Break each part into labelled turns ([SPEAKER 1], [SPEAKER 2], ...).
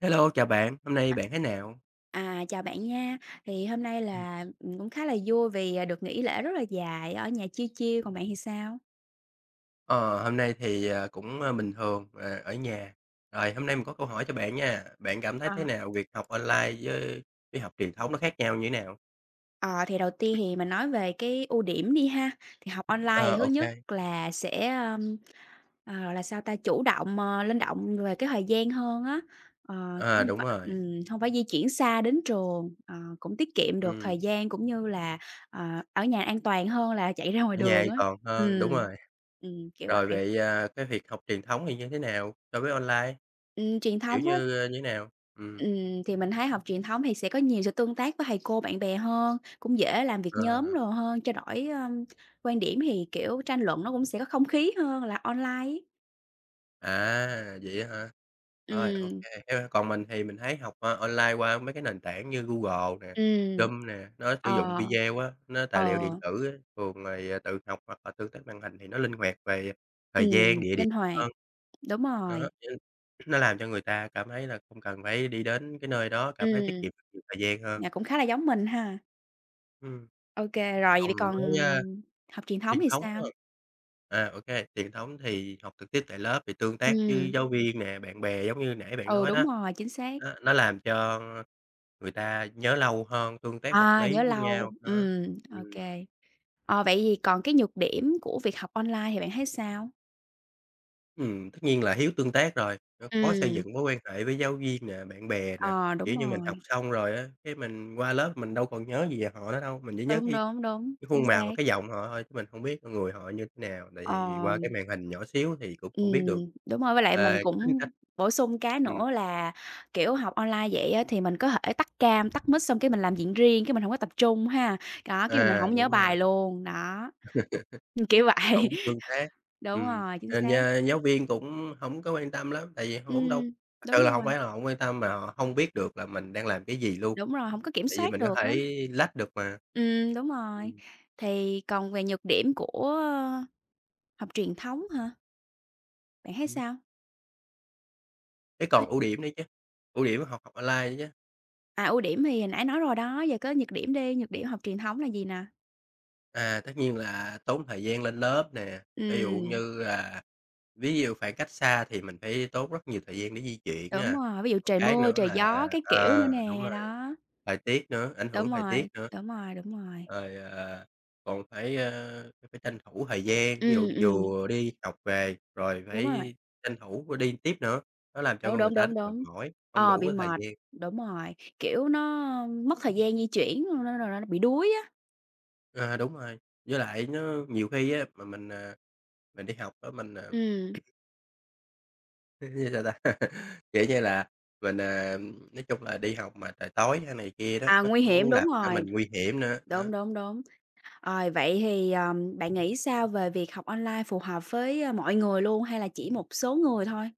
[SPEAKER 1] Hello, chào bạn, hôm nay bạn thế nào?
[SPEAKER 2] À, chào bạn nha. Thì hôm nay
[SPEAKER 1] Ừm.
[SPEAKER 2] là mình cũng khá là vui vì, được nghỉ lễ rất là dài ở nhà chill chill, còn bạn thì sao?
[SPEAKER 1] Hôm nay thì bình thường, ở nhà. Rồi, hôm nay mình có câu hỏi cho bạn nha, bạn cảm thấy thế
[SPEAKER 2] Ờ,
[SPEAKER 1] nào việc học online với học truyền thống nó khác nhau như thế nào?
[SPEAKER 2] ờ, thì đầu tiên thì mình nói về cái ưu điểm đi ha. Thì học online
[SPEAKER 1] Ờ,
[SPEAKER 2] thì thứ
[SPEAKER 1] ô
[SPEAKER 2] nhất
[SPEAKER 1] kê,
[SPEAKER 2] là sẽ, gọi là sao ta, chủ động, linh động về cái thời gian hơn á, cũng
[SPEAKER 1] ờ, đúng rồi,
[SPEAKER 2] hông phải di chuyển xa đến trường, cũng tiết kiệm được
[SPEAKER 1] ừm,
[SPEAKER 2] thời gian cũng như là, ờ, ở nhà an toàn hơn là chạy ra ngoài
[SPEAKER 1] ở nhà
[SPEAKER 2] đường
[SPEAKER 1] an
[SPEAKER 2] á.
[SPEAKER 1] toàn hơn, đúng
[SPEAKER 2] Ừm,
[SPEAKER 1] rồi.
[SPEAKER 2] Kiểu
[SPEAKER 1] Rồi
[SPEAKER 2] vậy.
[SPEAKER 1] vậy, cái việc học truyền thống thì như thế nào so với online,
[SPEAKER 2] Truyền
[SPEAKER 1] kiểu
[SPEAKER 2] thống á.
[SPEAKER 1] như, như thế nào?
[SPEAKER 2] Thì mình thấy học truyền thống thì sẽ có nhiều sự tương tác với thầy cô, bạn bè hơn, cũng dễ làm việc
[SPEAKER 1] Ờ.
[SPEAKER 2] nhóm đồ hơn, trao đổi, quan điểm thì, kiểu, tranh luận nó cũng sẽ có không khí hơn là online ấy.
[SPEAKER 1] À, vậy á hả? Rồi, ô
[SPEAKER 2] Ừm,
[SPEAKER 1] theo còn mình thì mình thấy học, online qua mấy cái nền tảng như Google nè,
[SPEAKER 2] ừm.
[SPEAKER 1] Zoom nè, nó sử dụng
[SPEAKER 2] Ờ,
[SPEAKER 1] video á, nó tài liệu
[SPEAKER 2] ờ,
[SPEAKER 1] điện tử á, thường thì, tự học hoặc là tương tác màn hình thì nó linh hoạt về thời gian, địa điểm
[SPEAKER 2] Linh hoạt,
[SPEAKER 1] hơn.
[SPEAKER 2] đúng
[SPEAKER 1] Đó,
[SPEAKER 2] rồi.
[SPEAKER 1] nên nó làm cho người ta cảm thấy là không cần phải đi đến cái nơi đó, cảm thấy tiết
[SPEAKER 2] Ừm,
[SPEAKER 1] kiệm được nhiều thời gian hơn.
[SPEAKER 2] Nhà cũng khá là giống mình ha.
[SPEAKER 1] Ừm,
[SPEAKER 2] OK, rồi
[SPEAKER 1] còn
[SPEAKER 2] vậy
[SPEAKER 1] với,
[SPEAKER 2] còn
[SPEAKER 1] a.
[SPEAKER 2] học truyền thống
[SPEAKER 1] Truyền
[SPEAKER 2] thì
[SPEAKER 1] thống,
[SPEAKER 2] sao?
[SPEAKER 1] đúng. À, ô kê, truyền thống thì học trực tiếp tại lớp thì tương tác với
[SPEAKER 2] Ừm,
[SPEAKER 1] giáo viên nè, bạn bè giống như nãy bạn
[SPEAKER 2] ừ,
[SPEAKER 1] nói đó.
[SPEAKER 2] đúng rồi, chính xác.
[SPEAKER 1] Nó làm cho người ta nhớ lâu hơn, tương tác vật
[SPEAKER 2] À, nhớ
[SPEAKER 1] lý với
[SPEAKER 2] lâu,
[SPEAKER 1] nhau, đó. Ừm,
[SPEAKER 2] ok. Vậy thì còn cái nhược điểm của việc học online thì bạn thấy sao?
[SPEAKER 1] tất nhiên là thiếu tương tác rồi, nó khó xây
[SPEAKER 2] Ừm.
[SPEAKER 1] dựng mối quan hệ với giáo viên nè, bạn bè nè.
[SPEAKER 2] Ờ,
[SPEAKER 1] Kiểu
[SPEAKER 2] đúng
[SPEAKER 1] như, mình học
[SPEAKER 2] rồi,
[SPEAKER 1] xong rồi á, cái mình qua lớp mình đâu còn nhớ gì về họ nữa đâu, mình chỉ nhớ
[SPEAKER 2] đúng,
[SPEAKER 1] cái
[SPEAKER 2] đúng, đúng,
[SPEAKER 1] Cái
[SPEAKER 2] chính
[SPEAKER 1] khuôn mặt và
[SPEAKER 2] xác.
[SPEAKER 1] cái giọng họ thôi chứ mình hông biết con người họ như thế nào, tại vì
[SPEAKER 2] Ờ,
[SPEAKER 1] qua cái màn hình nhỏ xíu thì cũng
[SPEAKER 2] ừm,
[SPEAKER 1] hông biết được,
[SPEAKER 2] Đúng rồi, với lại
[SPEAKER 1] ờ,
[SPEAKER 2] mình
[SPEAKER 1] cái tính
[SPEAKER 2] cũng
[SPEAKER 1] cách.
[SPEAKER 2] bổ sung cái
[SPEAKER 1] Ừm,
[SPEAKER 2] nữa là, kiểu, học online vậy á thì mình có thể tắt cam, tắt mic xong cái mình làm việc riêng, cái mình hổng có tập trung ha, đó, cái mình
[SPEAKER 1] à,
[SPEAKER 2] hổng nhớ
[SPEAKER 1] đúng rồi,
[SPEAKER 2] bài luôn, đó, kiểu vậy.
[SPEAKER 1] hổng có tương tác.
[SPEAKER 2] Đúng
[SPEAKER 1] Ừm,
[SPEAKER 2] rồi, chính
[SPEAKER 1] cho nên
[SPEAKER 2] xác.
[SPEAKER 1] gia giáo viên cũng hổng có quan tâm lắm, tại vì hổng đâu
[SPEAKER 2] Ừm,
[SPEAKER 1] thật sự
[SPEAKER 2] Đúng
[SPEAKER 1] là hổng
[SPEAKER 2] rồi,
[SPEAKER 1] phải là hổng quan tâm mà họ hông biết được là mình đang làm cái gì luôn,
[SPEAKER 2] đúng rồi, hổng có kiểm
[SPEAKER 1] tại vì
[SPEAKER 2] soát
[SPEAKER 1] mình có
[SPEAKER 2] được á.
[SPEAKER 1] thể lách được mà.
[SPEAKER 2] Đúng rồi.
[SPEAKER 1] Ừm,
[SPEAKER 2] Thì còn về nhược điểm của học truyền thống hả? Bạn thấy
[SPEAKER 1] ừm,
[SPEAKER 2] sao?
[SPEAKER 1] thế còn
[SPEAKER 2] Ừm.
[SPEAKER 1] ưu điểm nữa chứ, ưu điểm học học online nữa chứ.
[SPEAKER 2] À, ưu điểm thì hồi nãy nói rồi đó, giờ có nhược điểm đi, nhược điểm học truyền thống là gì nè?
[SPEAKER 1] À, tất nhiên là tốn thời gian lên lớp nè, ví dụ
[SPEAKER 2] Ừm,
[SPEAKER 1] như là ví dụ khoảng cách xa thì mình phải tốn rất nhiều thời gian để di chuyển
[SPEAKER 2] đúng
[SPEAKER 1] nè,
[SPEAKER 2] rồi, ví dụ
[SPEAKER 1] còn
[SPEAKER 2] trời
[SPEAKER 1] cái
[SPEAKER 2] mưa,
[SPEAKER 1] nữa
[SPEAKER 2] trời
[SPEAKER 1] là
[SPEAKER 2] gió cái kiểu
[SPEAKER 1] à
[SPEAKER 2] nữa
[SPEAKER 1] đúng
[SPEAKER 2] nè,
[SPEAKER 1] rồi,
[SPEAKER 2] đó.
[SPEAKER 1] thời tiết nữa, ảnh hưởng
[SPEAKER 2] Đúng
[SPEAKER 1] thời tiết
[SPEAKER 2] rồi,
[SPEAKER 1] nữa.
[SPEAKER 2] đúng rồi, đúng rồi.
[SPEAKER 1] Rồi, còn phải, phải tranh thủ thời gian, ví dụ
[SPEAKER 2] Ừm, ừm,
[SPEAKER 1] vừa đi học về rồi
[SPEAKER 2] đúng rồi,
[SPEAKER 1] phải tranh thủ đi tiếp nữa, nó làm cho
[SPEAKER 2] đúng,
[SPEAKER 1] con người
[SPEAKER 2] đúng,
[SPEAKER 1] ta rất
[SPEAKER 2] đúng,
[SPEAKER 1] mệt
[SPEAKER 2] đúng.
[SPEAKER 1] mỏi, không đủ
[SPEAKER 2] Bị
[SPEAKER 1] cái thời
[SPEAKER 2] mệt,
[SPEAKER 1] gian.
[SPEAKER 2] đúng rồi, kiểu, nó mất thời gian di chuyển, nên là nó bị đuối á.
[SPEAKER 1] À đúng rồi, với lại nó nhiều khi á mà mình, mình đi học á mình, à.
[SPEAKER 2] Ừm,
[SPEAKER 1] Như sao ta? Kiểu như là, mình, nói chung là đi học mà trời tối hay này kia đó,
[SPEAKER 2] à,
[SPEAKER 1] nó
[SPEAKER 2] nguy hiểm,
[SPEAKER 1] cũng
[SPEAKER 2] đúng
[SPEAKER 1] làm cho
[SPEAKER 2] rồi,
[SPEAKER 1] mình nguy hiểm nữa, đó.
[SPEAKER 2] đúng, đúng, đúng. Rồi, vậy thì, bạn nghĩ sao về việc học online phù hợp với, mọi người luôn hay là chỉ một số người thôi?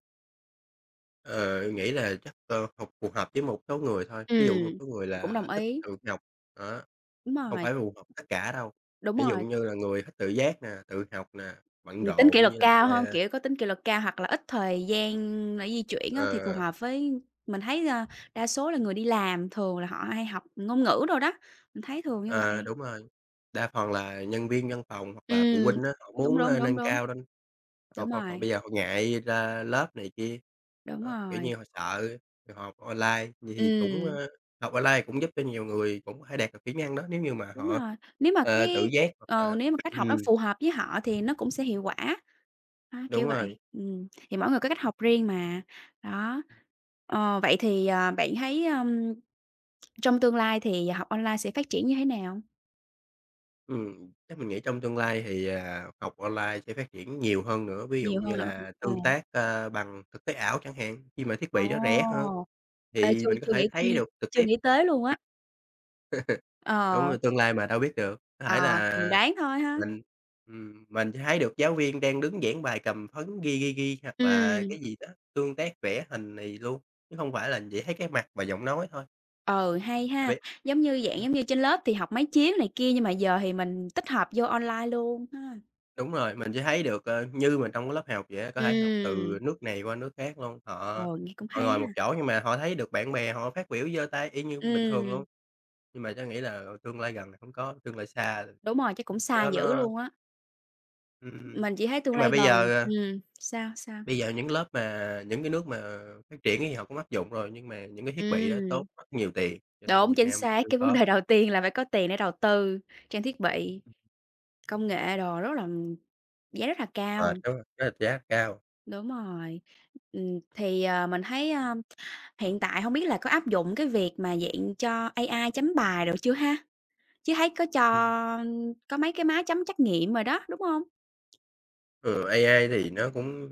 [SPEAKER 1] Ờ, nghĩ là chắc, học phù hợp với một số người thôi,
[SPEAKER 2] Ừ.
[SPEAKER 1] ví dụ một số người
[SPEAKER 2] Mình cũng
[SPEAKER 1] là
[SPEAKER 2] đồng
[SPEAKER 1] thích
[SPEAKER 2] ý.
[SPEAKER 1] tự học, đó,
[SPEAKER 2] Đúng
[SPEAKER 1] không
[SPEAKER 2] rồi,
[SPEAKER 1] phải phù hợp tất cả đâu.
[SPEAKER 2] đúng
[SPEAKER 1] Ví dụ
[SPEAKER 2] rồi,
[SPEAKER 1] như là người thích tự giác nè, tự học nè, bận
[SPEAKER 2] tính kỷ
[SPEAKER 1] rộn
[SPEAKER 2] luật
[SPEAKER 1] như lại,
[SPEAKER 2] cao hông? Kiểu, có tính kỷ luật cao hoặc là ít thời gian để di chuyển á thì
[SPEAKER 1] ờ
[SPEAKER 2] phù
[SPEAKER 1] ờ.
[SPEAKER 2] hợp với mình thấy, đa số là người đi làm thường là họ hay học ngôn ngữ rồi đó, mình thấy thường như
[SPEAKER 1] À,
[SPEAKER 2] vậy.
[SPEAKER 1] đúng rồi, đa phần là nhân viên văn phòng hoặc
[SPEAKER 2] Ừ.
[SPEAKER 1] là phụ huynh á, họ
[SPEAKER 2] Đúng,
[SPEAKER 1] muốn,
[SPEAKER 2] đúng, đúng,
[SPEAKER 1] nâng
[SPEAKER 2] đúng,
[SPEAKER 1] cao lên, họ
[SPEAKER 2] đúng
[SPEAKER 1] họ họ
[SPEAKER 2] rồi,
[SPEAKER 1] bây giờ họ ngại ra lớp này kia,
[SPEAKER 2] đúng
[SPEAKER 1] đó, kiểu
[SPEAKER 2] rồi.
[SPEAKER 1] như, họ sợ họ học online, vậy thì cũng,
[SPEAKER 2] Ừ.
[SPEAKER 1] ơ, học online cũng giúp cho nhiều người cũng có thể đạt được kỹ năng đó nếu như mà
[SPEAKER 2] Đúng
[SPEAKER 1] họ,
[SPEAKER 2] rồi, nếu mà
[SPEAKER 1] ờ, tự
[SPEAKER 2] cái
[SPEAKER 1] giác hoặc
[SPEAKER 2] ừ,
[SPEAKER 1] là
[SPEAKER 2] nếu mà cách học đó
[SPEAKER 1] ừm,
[SPEAKER 2] phù hợp với họ thì nó cũng sẽ hiệu quả, á,
[SPEAKER 1] đúng
[SPEAKER 2] kiểu
[SPEAKER 1] rồi.
[SPEAKER 2] vậy. Thì mỗi người có cách học riêng mà, đó. Vậy thì, bạn thấy, trong tương lai thì học online sẽ phát triển như thế nào?
[SPEAKER 1] Ừm, chắc mình nghĩ trong tương lai thì, học online sẽ phát triển nhiều hơn nữa, ví dụ
[SPEAKER 2] Nhiều
[SPEAKER 1] như
[SPEAKER 2] hơn nữa
[SPEAKER 1] là
[SPEAKER 2] hả?
[SPEAKER 1] tương tác, a, bằng thực tế ảo chẳng hạn, khi mà thiết
[SPEAKER 2] Ờ,
[SPEAKER 1] bị đó rẻ hơn
[SPEAKER 2] ồ, ê,
[SPEAKER 1] thì
[SPEAKER 2] chưa
[SPEAKER 1] mình có
[SPEAKER 2] chưa
[SPEAKER 1] thể
[SPEAKER 2] nghĩ
[SPEAKER 1] thấy
[SPEAKER 2] nh
[SPEAKER 1] được trực
[SPEAKER 2] Chưa
[SPEAKER 1] tiếp.
[SPEAKER 2] nghĩ tới luôn á.
[SPEAKER 1] Đúng
[SPEAKER 2] Ờ,
[SPEAKER 1] rồi, tương lai mà đâu biết được, có thể
[SPEAKER 2] ờ,
[SPEAKER 1] là
[SPEAKER 2] thì mình đoán thôi ha.
[SPEAKER 1] mình mình sẽ thấy được giáo viên đang đứng giảng bài cầm phấn ghi, ghi, ghi hoặc là
[SPEAKER 2] Ừm,
[SPEAKER 1] cái gì đó, tương tác vẽ hình này luôn, chứ không phải là chỉ thấy cái mặt và giọng nói thôi
[SPEAKER 2] ừ, hay
[SPEAKER 1] là
[SPEAKER 2] ha,
[SPEAKER 1] biết.
[SPEAKER 2] giống như dạng
[SPEAKER 1] Ừm,
[SPEAKER 2] giống như trên lớp thì học máy chiếu này kia nhưng mà giờ thì mình tích hợp vô online luôn ha.
[SPEAKER 1] đúng rồi, mình sẽ thấy được, ờ, như mình trong cái lớp học vậy á, có thể học từ
[SPEAKER 2] Ừm,
[SPEAKER 1] nước này qua nước khác luôn,
[SPEAKER 2] ờ,
[SPEAKER 1] họ
[SPEAKER 2] nghe cũng
[SPEAKER 1] họ
[SPEAKER 2] hay
[SPEAKER 1] ngồi một
[SPEAKER 2] ha.
[SPEAKER 1] chỗ nhưng mà họ thấy được bạn bè họ phát biểu giơ tay y như bình thường luôn,
[SPEAKER 2] Ừm,
[SPEAKER 1] nhưng mà Trá nghĩ là tương lai gần là hông có, tương lai xa là
[SPEAKER 2] đúng rồi, chắc cũng
[SPEAKER 1] cái
[SPEAKER 2] xa
[SPEAKER 1] đó
[SPEAKER 2] dữ
[SPEAKER 1] nó
[SPEAKER 2] luôn á.
[SPEAKER 1] ừm.
[SPEAKER 2] Mình chỉ thấy tương
[SPEAKER 1] Nhưng mà
[SPEAKER 2] lai
[SPEAKER 1] bây
[SPEAKER 2] gần
[SPEAKER 1] giờ, ờ,
[SPEAKER 2] sao, sao?
[SPEAKER 1] bây giờ những lớp mà những cái nước mà phát triển ấy thì họ cũng áp dụng rồi, nhưng mà những cái thiết bị đó tốn
[SPEAKER 2] Ừm,
[SPEAKER 1] rất nhiều tiền, cho nên
[SPEAKER 2] đúng,
[SPEAKER 1] Việt
[SPEAKER 2] chính
[SPEAKER 1] Nam
[SPEAKER 2] xác,
[SPEAKER 1] chưa
[SPEAKER 2] cái vấn
[SPEAKER 1] có
[SPEAKER 2] đề đầu tiên là phải có tiền để đầu tư trang thiết bị, công nghệ đồ rất là giá rất là
[SPEAKER 1] mệt
[SPEAKER 2] cao.
[SPEAKER 1] đúng hông? Rất là giá cao.
[SPEAKER 2] Đúng rồi. Thì, mình thấy, hiện tại hông biết là có áp dụng cái việc mà dạng cho AI chấm bài đồ chưa ha? Chứ thấy có cho
[SPEAKER 1] Ừm.
[SPEAKER 2] có mấy cái máy chấm trắc nghiệm rồi đó, đúng hông?
[SPEAKER 1] Ừ, AI thì nó cũng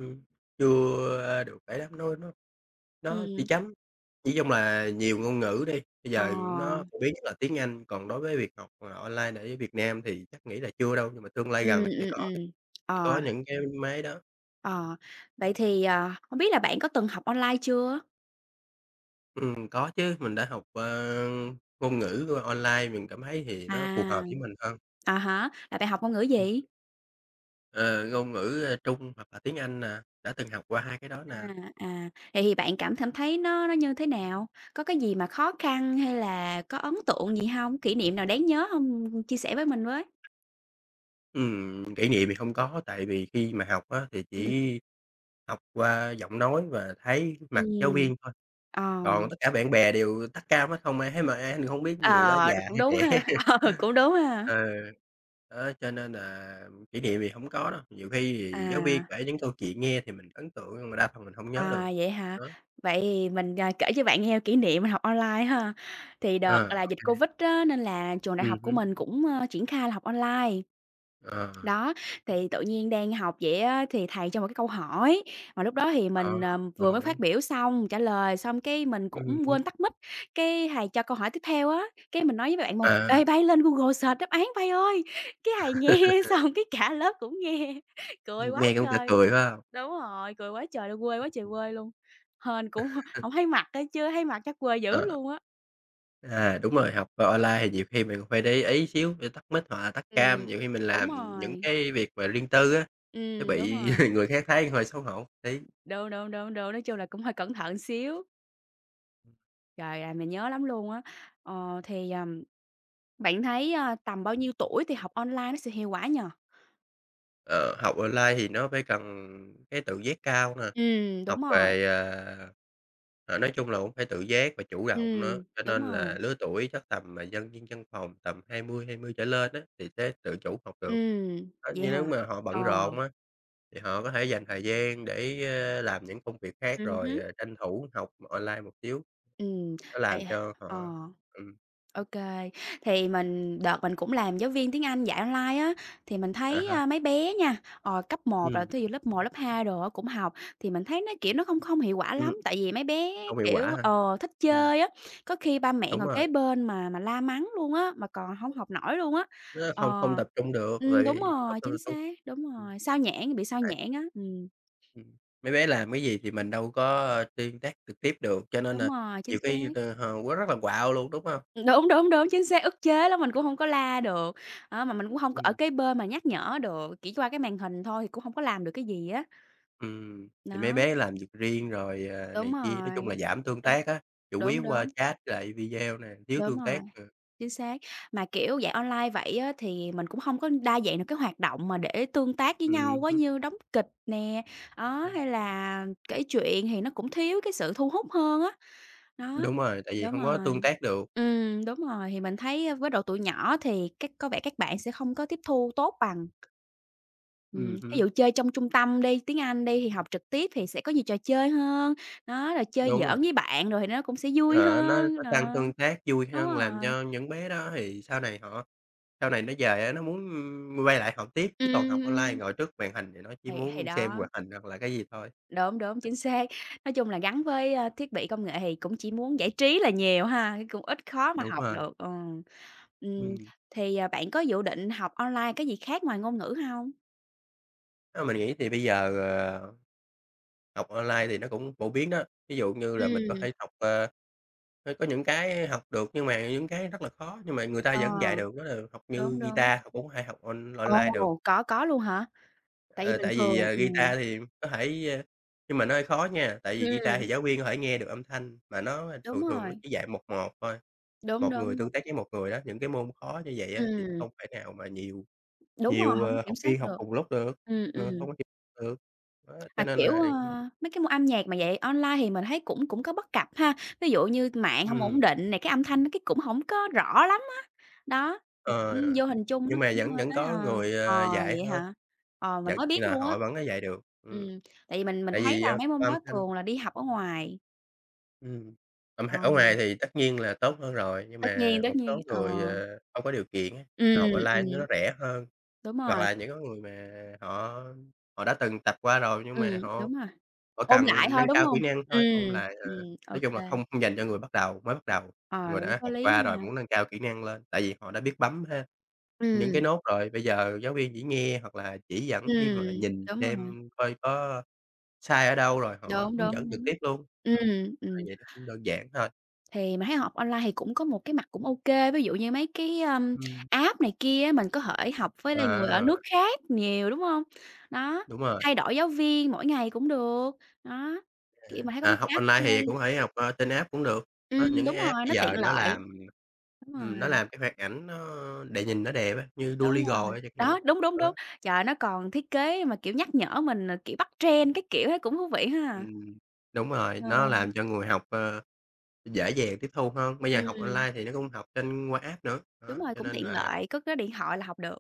[SPEAKER 1] chưa được ấy lắm, nó nó chỉ
[SPEAKER 2] Ừm,
[SPEAKER 1] chấm chỉ chung là nhiều ngôn ngữ đi, bây
[SPEAKER 2] ờ.
[SPEAKER 1] giờ nó phổ biến nhất là tiếng Anh, còn đối với việc học, online ở Việt Nam thì chắc nghĩ là chưa đâu, nhưng mà tương lai gần
[SPEAKER 2] Ừm, ừm, ừm.
[SPEAKER 1] sẽ có
[SPEAKER 2] Ờ,
[SPEAKER 1] những cái máy đó.
[SPEAKER 2] ờ. Vậy thì, hông biết là bạn có từng học online chưa?
[SPEAKER 1] Có chứ, mình đã học, ngôn ngữ, online, mình cảm thấy thì nó phù hợp
[SPEAKER 2] À.
[SPEAKER 1] với mình hơn.
[SPEAKER 2] À há, là bạn học ngôn ngữ
[SPEAKER 1] Ừm.
[SPEAKER 2] gì?
[SPEAKER 1] Ờ, ngôn ngữ, Trung hoặc là tiếng Anh nè, đã từng học qua hai cái đó nè.
[SPEAKER 2] À, à, vậy thì bạn cảm cảm thấy nó như thế nào? Có cái gì mà khó khăn hay là có ấn tượng gì hông? Kỷ niệm nào đáng nhớ hông? Chia sẻ với mình với.
[SPEAKER 1] Kỷ niệm thì không có, tại vì khi mà học á, thì
[SPEAKER 2] Ừm,
[SPEAKER 1] chỉ học qua giọng nói và thấy mặt giáo
[SPEAKER 2] ừm,
[SPEAKER 1] viên thôi,
[SPEAKER 2] ờ,
[SPEAKER 1] còn tất cả bạn bè đều tắt cam hết, không ai thấy mặt ai, không biết người đó
[SPEAKER 2] ờ,
[SPEAKER 1] già
[SPEAKER 2] Cũng
[SPEAKER 1] hay
[SPEAKER 2] đúng ha,
[SPEAKER 1] trẻ.
[SPEAKER 2] cũng đúng ha.
[SPEAKER 1] Ờ, đó, cho nên là kỷ niệm thì hổng có đâu, nhiều khi thì giáo viên
[SPEAKER 2] À.
[SPEAKER 1] kể những câu chuyện nghe thì mình ấn tượng nhưng mà đa phần mình hông nhớ được.
[SPEAKER 2] À, vậy hả?
[SPEAKER 1] Đó,
[SPEAKER 2] Vậy mình, kể cho bạn nghe kỷ niệm mình học online ha. Thì
[SPEAKER 1] ờ,
[SPEAKER 2] đợt là
[SPEAKER 1] ô
[SPEAKER 2] dịch
[SPEAKER 1] kê,
[SPEAKER 2] Covid á, nên là trường đại học của
[SPEAKER 1] hứm,
[SPEAKER 2] mình cũng, triển khai là học online.
[SPEAKER 1] ờ,
[SPEAKER 2] Đó, thì tự nhiên đang học vậy á, thì thầy cho một cái câu hỏi, mà lúc đó thì
[SPEAKER 1] đó,
[SPEAKER 2] mình,
[SPEAKER 1] câu
[SPEAKER 2] vừa mới
[SPEAKER 1] hỏi,
[SPEAKER 2] phát biểu xong, trả lời xong cái mình cũng
[SPEAKER 1] hứm,
[SPEAKER 2] quên tắt mic, cái thầy cho câu hỏi tiếp theo á, cái mình nói với bạn mình:
[SPEAKER 1] à.
[SPEAKER 2] "Ê, bay lên Google search đáp án bay ơi!" Cái thầy nghe xong cái cả lớp cũng nghe, cười quá
[SPEAKER 1] Nghe cũng cả
[SPEAKER 2] trời.
[SPEAKER 1] cười, phải hông?
[SPEAKER 2] Đúng rồi, cười quá trời luôn, quê quá trời quê luôn, hên cũng hổng thấy mặt á, chứ thấy mặt chắc quê dữ
[SPEAKER 1] Ờ,
[SPEAKER 2] luôn á.
[SPEAKER 1] à, đúng rồi, học, online thì nhiều khi mình cũng phải để ý xíu để tắt mic hoặc là tắt cam,
[SPEAKER 2] Ừm,
[SPEAKER 1] nhiều khi mình
[SPEAKER 2] đúng
[SPEAKER 1] làm những
[SPEAKER 2] rồi,
[SPEAKER 1] cái việc mà riêng tư á, sẽ
[SPEAKER 2] đúng
[SPEAKER 1] bị
[SPEAKER 2] rồi,
[SPEAKER 1] người khác thấy hơi xấu hổ tí.
[SPEAKER 2] đúng, đúng, đúng, đúng, nói chung là cũng hơi cẩn thận xíu. Trời ơi, mình nhớ lắm luôn á. Thì, bạn thấy, tầm bao nhiêu tuổi thì học online nó sẽ hiệu quả nhỉ?
[SPEAKER 1] Ờ, học online thì nó phải cần cái tự giác cao nè,
[SPEAKER 2] Ừm,
[SPEAKER 1] học
[SPEAKER 2] đúng rồi,
[SPEAKER 1] về, ờ, nói chung là cũng phải tự giác và chủ động nữa, cho
[SPEAKER 2] đúng
[SPEAKER 1] nên
[SPEAKER 2] rồi,
[SPEAKER 1] là lứa tuổi chắc tầm mà dân viên văn phòng tầm hai mươi trở lên á, thì sẽ tự chủ học được.
[SPEAKER 2] ừm,
[SPEAKER 1] Đó,
[SPEAKER 2] vậy
[SPEAKER 1] như nếu
[SPEAKER 2] hả?
[SPEAKER 1] mà họ
[SPEAKER 2] Ờ,
[SPEAKER 1] bận rộn á, thì họ có thể dành thời gian để, làm những công việc khác rồi,
[SPEAKER 2] hứm,
[SPEAKER 1] ờ, tranh thủ học online một xíu,
[SPEAKER 2] ừm,
[SPEAKER 1] nó làm
[SPEAKER 2] tại
[SPEAKER 1] cho
[SPEAKER 2] ờ.
[SPEAKER 1] họ ừm,
[SPEAKER 2] OK, thì đợt mình cũng làm giáo viên tiếng Anh dạy online á, thì mình
[SPEAKER 1] à
[SPEAKER 2] thấy,
[SPEAKER 1] ha,
[SPEAKER 2] mấy bé nha, cấp một là
[SPEAKER 1] ừm,
[SPEAKER 2] thí dụ lớp một lớp 2 đồ á cũng học, thì mình thấy nó, kiểu, nó không không hiệu quả
[SPEAKER 1] ừm,
[SPEAKER 2] lắm, tại vì mấy bé,
[SPEAKER 1] không hiệu quả
[SPEAKER 2] kiểu,
[SPEAKER 1] ha.
[SPEAKER 2] thích
[SPEAKER 1] Ừm,
[SPEAKER 2] chơi á, có khi ba mẹ
[SPEAKER 1] đúng
[SPEAKER 2] ngồi kế
[SPEAKER 1] rồi.
[SPEAKER 2] bên mà la mắng luôn á, mà còn không học nổi luôn á.
[SPEAKER 1] Nó
[SPEAKER 2] Ờ.
[SPEAKER 1] không không tập trung được, tại
[SPEAKER 2] Đúng
[SPEAKER 1] vì hông
[SPEAKER 2] rồi,
[SPEAKER 1] tập
[SPEAKER 2] chính
[SPEAKER 1] trung.
[SPEAKER 2] xác, đúng
[SPEAKER 1] Ừm,
[SPEAKER 2] rồi, sao nhãng, bị sao
[SPEAKER 1] tại
[SPEAKER 2] nhãng á,
[SPEAKER 1] ừm, mấy bé làm cái gì thì mình đâu có ơ, tương tác trực tiếp được, cho nên
[SPEAKER 2] đúng
[SPEAKER 1] là
[SPEAKER 2] rồi, chính
[SPEAKER 1] nhiều
[SPEAKER 2] xác.
[SPEAKER 1] khi t h quá rất là quạo luôn, đúng hông?
[SPEAKER 2] Đúng, đúng, đúng, chính xác, ức chế lắm, mình cũng hông có la được, đó, mà mình cũng hông có ở
[SPEAKER 1] Ừm,
[SPEAKER 2] cái bên mà nhắc nhở được, chỉ qua cái màn hình thôi thì cũng hông có làm được cái gì á.
[SPEAKER 1] thì mấy
[SPEAKER 2] Đó,
[SPEAKER 1] bé làm việc riêng rồi,
[SPEAKER 2] đúng
[SPEAKER 1] này kia, nói chung
[SPEAKER 2] rồi,
[SPEAKER 1] là giảm tương
[SPEAKER 2] đúng,
[SPEAKER 1] tác á, chủ
[SPEAKER 2] đúng,
[SPEAKER 1] yếu qua
[SPEAKER 2] đúng,
[SPEAKER 1] chat với lại video nè, thiếu
[SPEAKER 2] đúng
[SPEAKER 1] tương
[SPEAKER 2] rồi,
[SPEAKER 1] tác, ờ,
[SPEAKER 2] chính xác. Mà, kiểu, dạy online vậy á thì mình cũng hông có đa dạng được cái hoạt động mà để tương tác với nhau quá,
[SPEAKER 1] hứm,
[SPEAKER 2] như đóng kịch nè, đó, hay là kể chuyện thì nó cũng thiếu cái sự thu hút hơn á. Đó,
[SPEAKER 1] đúng rồi, tại vì
[SPEAKER 2] đúng
[SPEAKER 1] hông có tương
[SPEAKER 2] rồi.
[SPEAKER 1] tác được,
[SPEAKER 2] Đúng rồi, thì mình thấy, với độ tuổi nhỏ thì có vẻ các bạn sẽ không có tiếp thu tốt bằng. Thí
[SPEAKER 1] hứm,
[SPEAKER 2] dụ chơi trong trung tâm đi, tiếng Anh đi thì học trực tiếp thì sẽ có nhiều trò chơi hơn, đó, rồi chơi
[SPEAKER 1] đúng rồi.
[SPEAKER 2] giỡn với bạn rồi thì nó cũng sẽ vui
[SPEAKER 1] Ờ, nó
[SPEAKER 2] hơn, đó.
[SPEAKER 1] tăng tương tác vui
[SPEAKER 2] Đúng
[SPEAKER 1] hơn, làm
[SPEAKER 2] rồi,
[SPEAKER 1] cho những bé đó thì sau này họ sau này nó về á, nó muốn, quay lại học tiếp, chứ còn
[SPEAKER 2] ừm,
[SPEAKER 1] học online
[SPEAKER 2] ừm,
[SPEAKER 1] ngồi trước màn hình thì nó chỉ
[SPEAKER 2] thì
[SPEAKER 1] muốn xem
[SPEAKER 2] đó,
[SPEAKER 1] hoạt hình hoặc là cái gì thôi.
[SPEAKER 2] đúng, đúng, chính xác. Nói chung là gắn với, thiết bị công nghệ thì cũng chỉ muốn giải trí là nhiều ha, chứ cũng ít khó mà
[SPEAKER 1] Đúng
[SPEAKER 2] học
[SPEAKER 1] rồi,
[SPEAKER 2] được, ừ. Ừm,
[SPEAKER 1] ừm,
[SPEAKER 2] thì, bạn có dự định học online cái gì khác ngoài ngôn ngữ không?
[SPEAKER 1] á, mình nghĩ thì bây giờ, học online thì nó cũng phổ biến đó. Ví dụ như là mình có
[SPEAKER 2] Ừm.
[SPEAKER 1] thể học, ờ, có những cái học được nhưng mà những cái rất là khó, nhưng mà người ta
[SPEAKER 2] Ờ,
[SPEAKER 1] vẫn dạy được, đó là học như
[SPEAKER 2] đúng, đúng.
[SPEAKER 1] guitar, học cũng hay học on
[SPEAKER 2] Ồ,
[SPEAKER 1] online được.
[SPEAKER 2] có luôn hả? Tại vì
[SPEAKER 1] Ờ,
[SPEAKER 2] bình
[SPEAKER 1] tại vì,
[SPEAKER 2] thường
[SPEAKER 1] guitar thì có thể, a nhưng mà nó hơi khó nha, tại vì guitar thì
[SPEAKER 2] ừm,
[SPEAKER 1] giáo viên có thể nghe được âm thanh, mà nó
[SPEAKER 2] đúng
[SPEAKER 1] thường thường nó
[SPEAKER 2] rồi,
[SPEAKER 1] chỉ dạy một một thôi,
[SPEAKER 2] đúng,
[SPEAKER 1] một người
[SPEAKER 2] đúng,
[SPEAKER 1] tương
[SPEAKER 2] đúng.
[SPEAKER 1] tác với một người đó. Những cái môn khó như vậy á thì
[SPEAKER 2] Ừm,
[SPEAKER 1] không thể nào mà nhiều
[SPEAKER 2] đúng rồi,
[SPEAKER 1] nhiều,
[SPEAKER 2] hổng kiểm
[SPEAKER 1] học
[SPEAKER 2] soát
[SPEAKER 1] viên học
[SPEAKER 2] được.
[SPEAKER 1] cùng lúc được,
[SPEAKER 2] Ừm, ừm,
[SPEAKER 1] ờ, không có được. Đó, cho
[SPEAKER 2] mà,
[SPEAKER 1] nên
[SPEAKER 2] kiểu,
[SPEAKER 1] là
[SPEAKER 2] mấy cái môn âm nhạc mà dạy online thì mình thấy cũng cũng có bất cập ha, ví dụ như mạng hông
[SPEAKER 1] ừm,
[SPEAKER 2] ổn định này, cái âm thanh nó cái cũng hổng có rõ lắm á. Đó, thì cũng
[SPEAKER 1] ờ,
[SPEAKER 2] vô hình chung
[SPEAKER 1] nhưng
[SPEAKER 2] nó
[SPEAKER 1] mà
[SPEAKER 2] cũng
[SPEAKER 1] vẫn
[SPEAKER 2] hơi
[SPEAKER 1] vẫn
[SPEAKER 2] ấy,
[SPEAKER 1] có
[SPEAKER 2] à.
[SPEAKER 1] người,
[SPEAKER 2] Ờ,
[SPEAKER 1] dạy
[SPEAKER 2] vậy
[SPEAKER 1] thôi,
[SPEAKER 2] hả? Ờ, mình
[SPEAKER 1] vẫn
[SPEAKER 2] mới biết
[SPEAKER 1] là
[SPEAKER 2] luôn á.
[SPEAKER 1] họ vẫn có dạy được,
[SPEAKER 2] Ừm, tại vì mình
[SPEAKER 1] tại
[SPEAKER 2] thấy
[SPEAKER 1] vì,
[SPEAKER 2] là mấy môn
[SPEAKER 1] âm
[SPEAKER 2] đó
[SPEAKER 1] thanh.
[SPEAKER 2] thường là đi học ở ngoài.
[SPEAKER 1] Ừm. Ở m
[SPEAKER 2] Ờ.
[SPEAKER 1] ở ngoài thì tất nhiên là tốt hơn rồi, nhưng mà một
[SPEAKER 2] Tất nhiên,
[SPEAKER 1] số
[SPEAKER 2] ờ.
[SPEAKER 1] người, không có điều kiện á,
[SPEAKER 2] Ừm,
[SPEAKER 1] họ học online
[SPEAKER 2] ừm,
[SPEAKER 1] nó rẻ hơn,
[SPEAKER 2] đúng
[SPEAKER 1] hoặc
[SPEAKER 2] rồi,
[SPEAKER 1] là những cái người mà họ họ đã từng tập qua rồi nhưng
[SPEAKER 2] ừm,
[SPEAKER 1] mà họ
[SPEAKER 2] đúng rồi,
[SPEAKER 1] họ
[SPEAKER 2] ôn lại
[SPEAKER 1] cần
[SPEAKER 2] thôi,
[SPEAKER 1] nâng
[SPEAKER 2] đúng
[SPEAKER 1] cao kỹ
[SPEAKER 2] hông?
[SPEAKER 1] năng
[SPEAKER 2] Ừm,
[SPEAKER 1] thôi, ôn lại,
[SPEAKER 2] ô
[SPEAKER 1] nói chung
[SPEAKER 2] kê,
[SPEAKER 1] là không không dành cho người bắt đầu mới bắt đầu,
[SPEAKER 2] ờ,
[SPEAKER 1] người
[SPEAKER 2] cũng
[SPEAKER 1] đã
[SPEAKER 2] có
[SPEAKER 1] học
[SPEAKER 2] lý
[SPEAKER 1] qua rồi
[SPEAKER 2] nha.
[SPEAKER 1] muốn nâng cao kỹ năng lên, tại vì họ đã biết bấm ha, những
[SPEAKER 2] Ừm,
[SPEAKER 1] cái nốt rồi, bây giờ giáo viên chỉ nghe hoặc là chỉ dẫn thêm
[SPEAKER 2] ừm,
[SPEAKER 1] hoặc là nhìn
[SPEAKER 2] đúng rồi,
[SPEAKER 1] xem coi có sai ở đâu rồi họ
[SPEAKER 2] đúng,
[SPEAKER 1] hướng dẫn
[SPEAKER 2] đúng,
[SPEAKER 1] trực
[SPEAKER 2] đúng.
[SPEAKER 1] tiếp luôn. Đó,
[SPEAKER 2] Ừm,
[SPEAKER 1] tại
[SPEAKER 2] ừm,
[SPEAKER 1] vậy nó cũng đơn giản hơn.
[SPEAKER 2] thì mình thấy học online thì cũng có một cái mặt cũng ô kê, ví dụ như mấy cái,
[SPEAKER 1] Ừm.
[SPEAKER 2] app này kia á, mình có thể học với lại người ở
[SPEAKER 1] À,
[SPEAKER 2] nước khác nhiều, đúng hông? Đó,
[SPEAKER 1] đúng rồi,
[SPEAKER 2] thay đổi giáo viên mỗi ngày cũng được, đó, kiểu,
[SPEAKER 1] à,
[SPEAKER 2] mình thấy có
[SPEAKER 1] à,
[SPEAKER 2] mấy
[SPEAKER 1] học
[SPEAKER 2] cái app
[SPEAKER 1] online
[SPEAKER 2] cũng
[SPEAKER 1] thì
[SPEAKER 2] hay.
[SPEAKER 1] cũng thể học, trên app cũng được. Đó, những cái
[SPEAKER 2] Đúng
[SPEAKER 1] app
[SPEAKER 2] rồi,
[SPEAKER 1] bây
[SPEAKER 2] nó
[SPEAKER 1] giờ
[SPEAKER 2] tiện lợi, đúng
[SPEAKER 1] nó
[SPEAKER 2] rồi.
[SPEAKER 1] làm cái hoạt ảnh nó để nhìn nó đẹp á, như
[SPEAKER 2] Đúng rồi,
[SPEAKER 1] Duolingo chẳng hạn.
[SPEAKER 2] đó, đúng, đúng,
[SPEAKER 1] Đó,
[SPEAKER 2] đúng. Trời, nó còn thiết kế mà, kiểu, nhắc nhở mình, kiểu, bắt trend các kiểu thấy cũng thú vị ha.
[SPEAKER 1] ừm, đúng rồi,
[SPEAKER 2] Ờ,
[SPEAKER 1] nó làm cho người học, dễ dàng tiếp thu hơn. Bây giờ học
[SPEAKER 2] ừm,
[SPEAKER 1] online thì nó cũng học trên qua app nữa,
[SPEAKER 2] Đúng
[SPEAKER 1] đó,
[SPEAKER 2] rồi,
[SPEAKER 1] cho
[SPEAKER 2] cũng
[SPEAKER 1] nên
[SPEAKER 2] tiện
[SPEAKER 1] là
[SPEAKER 2] lợi, có cái điện thoại là học được.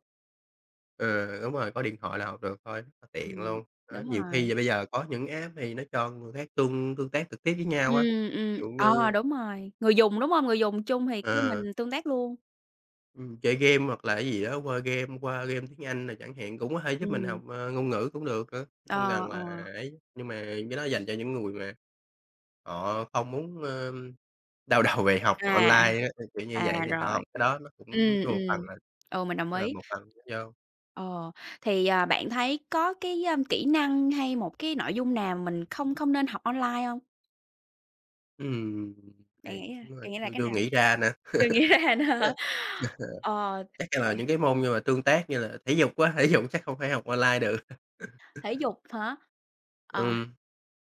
[SPEAKER 1] ừ, đúng rồi, có điện thoại là học được thôi, rất là tiện
[SPEAKER 2] Ừm,
[SPEAKER 1] luôn. Đó,
[SPEAKER 2] đúng
[SPEAKER 1] nhiều
[SPEAKER 2] rồi.
[SPEAKER 1] khi bây giờ có những app thì nó cho người khác tương tương tác trực tiếp với nhau á, ví dụ
[SPEAKER 2] Ờ,
[SPEAKER 1] như
[SPEAKER 2] Đúng rồi, người dùng, đúng hông? Người dùng chung thì cái mình
[SPEAKER 1] ờ.
[SPEAKER 2] tương tác luôn.
[SPEAKER 1] Chơi game hoặc là cái gì đó qua game tiếng Anh nè chẳng hạn, cũng có thể giúp mình học,
[SPEAKER 2] Ừm,
[SPEAKER 1] ngôn ngữ cũng được nữa, hông
[SPEAKER 2] ờ,
[SPEAKER 1] cần là
[SPEAKER 2] ờ,
[SPEAKER 1] ấy. Nhưng mà cái đó dành cho những người mà họ không muốn, đau đầu về học
[SPEAKER 2] à,
[SPEAKER 1] online á, kiểu như vậy thì họ học
[SPEAKER 2] Rồi,
[SPEAKER 1] cái đó nó cũng
[SPEAKER 2] ừm,
[SPEAKER 1] một phần
[SPEAKER 2] ừm,
[SPEAKER 1] là
[SPEAKER 2] mình đồng ý.
[SPEAKER 1] một phần do
[SPEAKER 2] Ờ, thì, bạn thấy có cái, kỹ năng hay một cái nội dung nào mình không không nên học online hông?
[SPEAKER 1] ừm,
[SPEAKER 2] Bạn
[SPEAKER 1] thì
[SPEAKER 2] nghĩ, a,
[SPEAKER 1] cũng,
[SPEAKER 2] bạn nghĩ là
[SPEAKER 1] chưa
[SPEAKER 2] cái
[SPEAKER 1] chưa
[SPEAKER 2] nào?
[SPEAKER 1] nghĩ ra nè.
[SPEAKER 2] Chưa nghĩ ra nữa hả?
[SPEAKER 1] Chắc
[SPEAKER 2] Ờ,
[SPEAKER 1] chắc
[SPEAKER 2] thể
[SPEAKER 1] là những cái môn như là tương tác như là thể dục á, thể dục chắc không thể học online được.
[SPEAKER 2] thể dục hả? Ờ,
[SPEAKER 1] Ừm,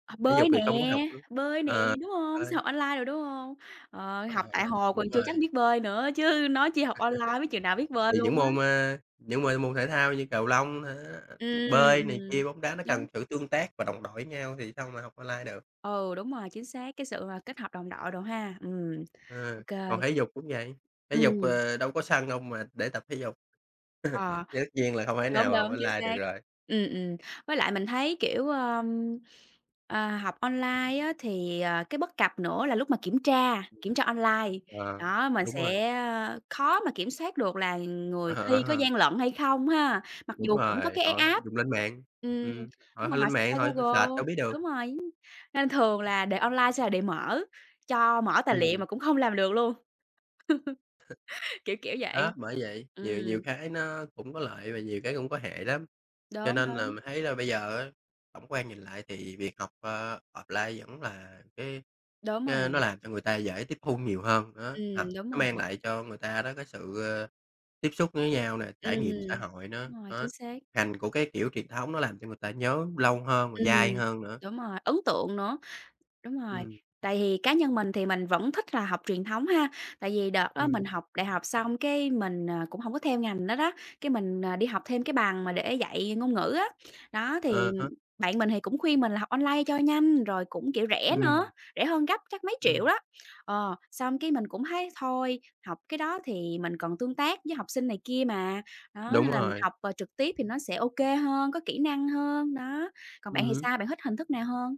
[SPEAKER 1] thể dục
[SPEAKER 2] Bơi
[SPEAKER 1] thì
[SPEAKER 2] nè,
[SPEAKER 1] không có học được.
[SPEAKER 2] bơi nè,
[SPEAKER 1] Ờ,
[SPEAKER 2] đúng hông? Sẽ học online rồi, đúng hông?
[SPEAKER 1] ờ,
[SPEAKER 2] Học tại
[SPEAKER 1] ờ,
[SPEAKER 2] hồ
[SPEAKER 1] đúng
[SPEAKER 2] còn chưa
[SPEAKER 1] rồi.
[SPEAKER 2] chắc biết bơi nữa chứ nói chi học online biết chừng nào biết bơi
[SPEAKER 1] Thì những
[SPEAKER 2] luôn á.
[SPEAKER 1] môn, a, những môn môn thể thao như cầu lông hả,
[SPEAKER 2] Ừm,
[SPEAKER 1] bơi này
[SPEAKER 2] ừm,
[SPEAKER 1] kia, bóng đá nó cần
[SPEAKER 2] đúng,
[SPEAKER 1] sự tương tác và đồng đội nhau thì sao mà học online được.
[SPEAKER 2] ừ, đúng rồi, chính xác, cái sự mà kết hợp đồng đội đồ ha.
[SPEAKER 1] Ờ,
[SPEAKER 2] Ô kê,
[SPEAKER 1] còn thể dục cũng vậy, thể dục,
[SPEAKER 2] ừm,
[SPEAKER 1] đâu có sân đâu mà để tập thể dục,
[SPEAKER 2] ờ.
[SPEAKER 1] thì tất nhiên là không thể nào
[SPEAKER 2] Đúng,
[SPEAKER 1] mà học
[SPEAKER 2] đúng, chính
[SPEAKER 1] online được
[SPEAKER 2] xác.
[SPEAKER 1] rồi.
[SPEAKER 2] Ừm, ừm. Với lại mình thấy, kiểu, học online á thì, cái bất cập nữa là lúc mà kiểm tra online,
[SPEAKER 1] Ờ,
[SPEAKER 2] đó, mình
[SPEAKER 1] đúng rồi,
[SPEAKER 2] sẽ, khó mà kiểm soát được là
[SPEAKER 1] ờ,
[SPEAKER 2] người thi
[SPEAKER 1] ờ,
[SPEAKER 2] có
[SPEAKER 1] ờ,
[SPEAKER 2] gian lận hay không ha, mặc
[SPEAKER 1] đúng
[SPEAKER 2] dù cũng có
[SPEAKER 1] rồi,
[SPEAKER 2] cái
[SPEAKER 1] họ họ
[SPEAKER 2] app.
[SPEAKER 1] dùng lên mạng,
[SPEAKER 2] Ừm,
[SPEAKER 1] họ
[SPEAKER 2] đúng
[SPEAKER 1] họ
[SPEAKER 2] rồi, họ
[SPEAKER 1] lên
[SPEAKER 2] sẽ
[SPEAKER 1] mạng
[SPEAKER 2] qua
[SPEAKER 1] họ họ search
[SPEAKER 2] Google
[SPEAKER 1] đâu biết được,
[SPEAKER 2] đúng rồi, nên thường là đề online sẽ là đề mở, cho mở tài liệu
[SPEAKER 1] ừm.
[SPEAKER 2] mà cũng không làm được luôn, kiểu, kiểu
[SPEAKER 1] Đó,
[SPEAKER 2] vậy.
[SPEAKER 1] bởi vậy, nhiều nhiều
[SPEAKER 2] Ừm,
[SPEAKER 1] cái nó cũng có lợi và nhiều cái cũng có hại lắm. Cho
[SPEAKER 2] đúng,
[SPEAKER 1] nên là
[SPEAKER 2] đúng,
[SPEAKER 1] mình thấy là bây giờ á, tổng quan nhìn lại thì việc học, offline vẫn là cái
[SPEAKER 2] đúng
[SPEAKER 1] cái nó
[SPEAKER 2] rồi,
[SPEAKER 1] làm cho người ta dễ tiếp thu nhiều hơn, đó, học
[SPEAKER 2] ừm, đúng
[SPEAKER 1] nó mang
[SPEAKER 2] rồi.
[SPEAKER 1] lại cho người ta đó cái sự, tiếp xúc với nhau nè, trải nghiệm xã
[SPEAKER 2] Ừm.
[SPEAKER 1] hội nữa,
[SPEAKER 2] Đúng rồi,
[SPEAKER 1] đó.
[SPEAKER 2] chính xác.
[SPEAKER 1] Hành của cái kiểu truyền thống nó làm cho người ta nhớ lâu hơn và
[SPEAKER 2] Ừm,
[SPEAKER 1] dai hơn nữa.
[SPEAKER 2] đúng rồi, ấn tượng nữa. Đúng rồi,
[SPEAKER 1] Ừm,
[SPEAKER 2] tại vì cá nhân mình thì mình vẫn thích là học truyền thống ha, tại vì đợt đó
[SPEAKER 1] ừm,
[SPEAKER 2] mình học đại học xong cái mình, cũng không có theo ngành đó đó, cái mình, đi học thêm cái bằng mà để dạy ngôn ngữ á. Đó, thì
[SPEAKER 1] à há,
[SPEAKER 2] bạn mình thì cũng khuyên mình là học online cho nhanh, rồi cũng, kiểu, rẻ nữa,
[SPEAKER 1] ừm,
[SPEAKER 2] rẻ hơn gấp chắc mấy triệu
[SPEAKER 1] ừm,
[SPEAKER 2] đó. Xong cái mình cũng thấy thôi, học cái đó thì mình còn tương tác với học sinh này kia mà, đó,
[SPEAKER 1] đúng
[SPEAKER 2] nên là mình
[SPEAKER 1] rồi,
[SPEAKER 2] học, trực tiếp thì nó sẽ ok hơn, có kỹ năng hơn, đó. Còn bạn thì
[SPEAKER 1] ừm.
[SPEAKER 2] sao? Bạn thích hình thức nào hơn?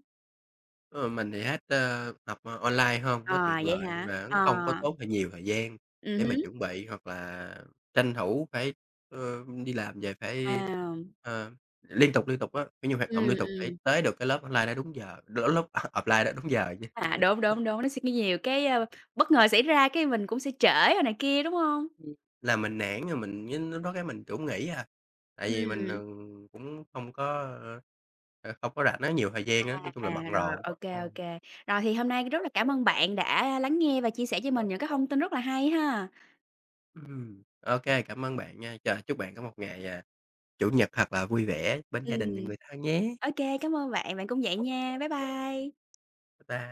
[SPEAKER 1] Ờ, mình thì hết, học, online hơn. Nó
[SPEAKER 2] À,
[SPEAKER 1] tiện
[SPEAKER 2] vậy
[SPEAKER 1] lợi
[SPEAKER 2] hả?
[SPEAKER 1] và cũng
[SPEAKER 2] Ờ,
[SPEAKER 1] không có tốn thời nhiều thời gian để mà
[SPEAKER 2] hứm,
[SPEAKER 1] chuẩn bị hoặc là tranh thủ phải, đi làm về phải,
[SPEAKER 2] à,
[SPEAKER 1] ờ, liên tục á, phải nhiều hoạt động liên
[SPEAKER 2] ừm,
[SPEAKER 1] tục để
[SPEAKER 2] ừm,
[SPEAKER 1] tới được cái lớp online đó đúng giờ, lớp lớp offline đó đúng giờ chứ.
[SPEAKER 2] đúng, đúng, đúng, nó sẽ có nhiều cái, bất ngờ xảy ra cái mình cũng sẽ trễ rồi này kia, đúng hông?
[SPEAKER 1] Ừm. Là mình nản rồi mình cái lúc đó cái mình cũng nghỉ à, tại vì mình,
[SPEAKER 2] Ừm,
[SPEAKER 1] cũng không có, ờ, không có rảnh á, nhiều thời gian á, nói chung là bận
[SPEAKER 2] rồi,
[SPEAKER 1] rộn.
[SPEAKER 2] ô kê, ô
[SPEAKER 1] Ừm,
[SPEAKER 2] kê. Rồi thì hôm nay rất là cảm ơn bạn đã lắng nghe và chia sẻ cho mình những cái thông tin rất là hay ha.
[SPEAKER 1] ô cảm ơn bạn nha. Trời, chúc bạn có một ngày, à, Chủ nhật thật là vui vẻ bên gia đình và
[SPEAKER 2] Ừm,
[SPEAKER 1] người thân nhé.
[SPEAKER 2] ô kê, cảm ơn bạn, bạn cũng vậy nha. Bye bye.
[SPEAKER 1] Bye bye.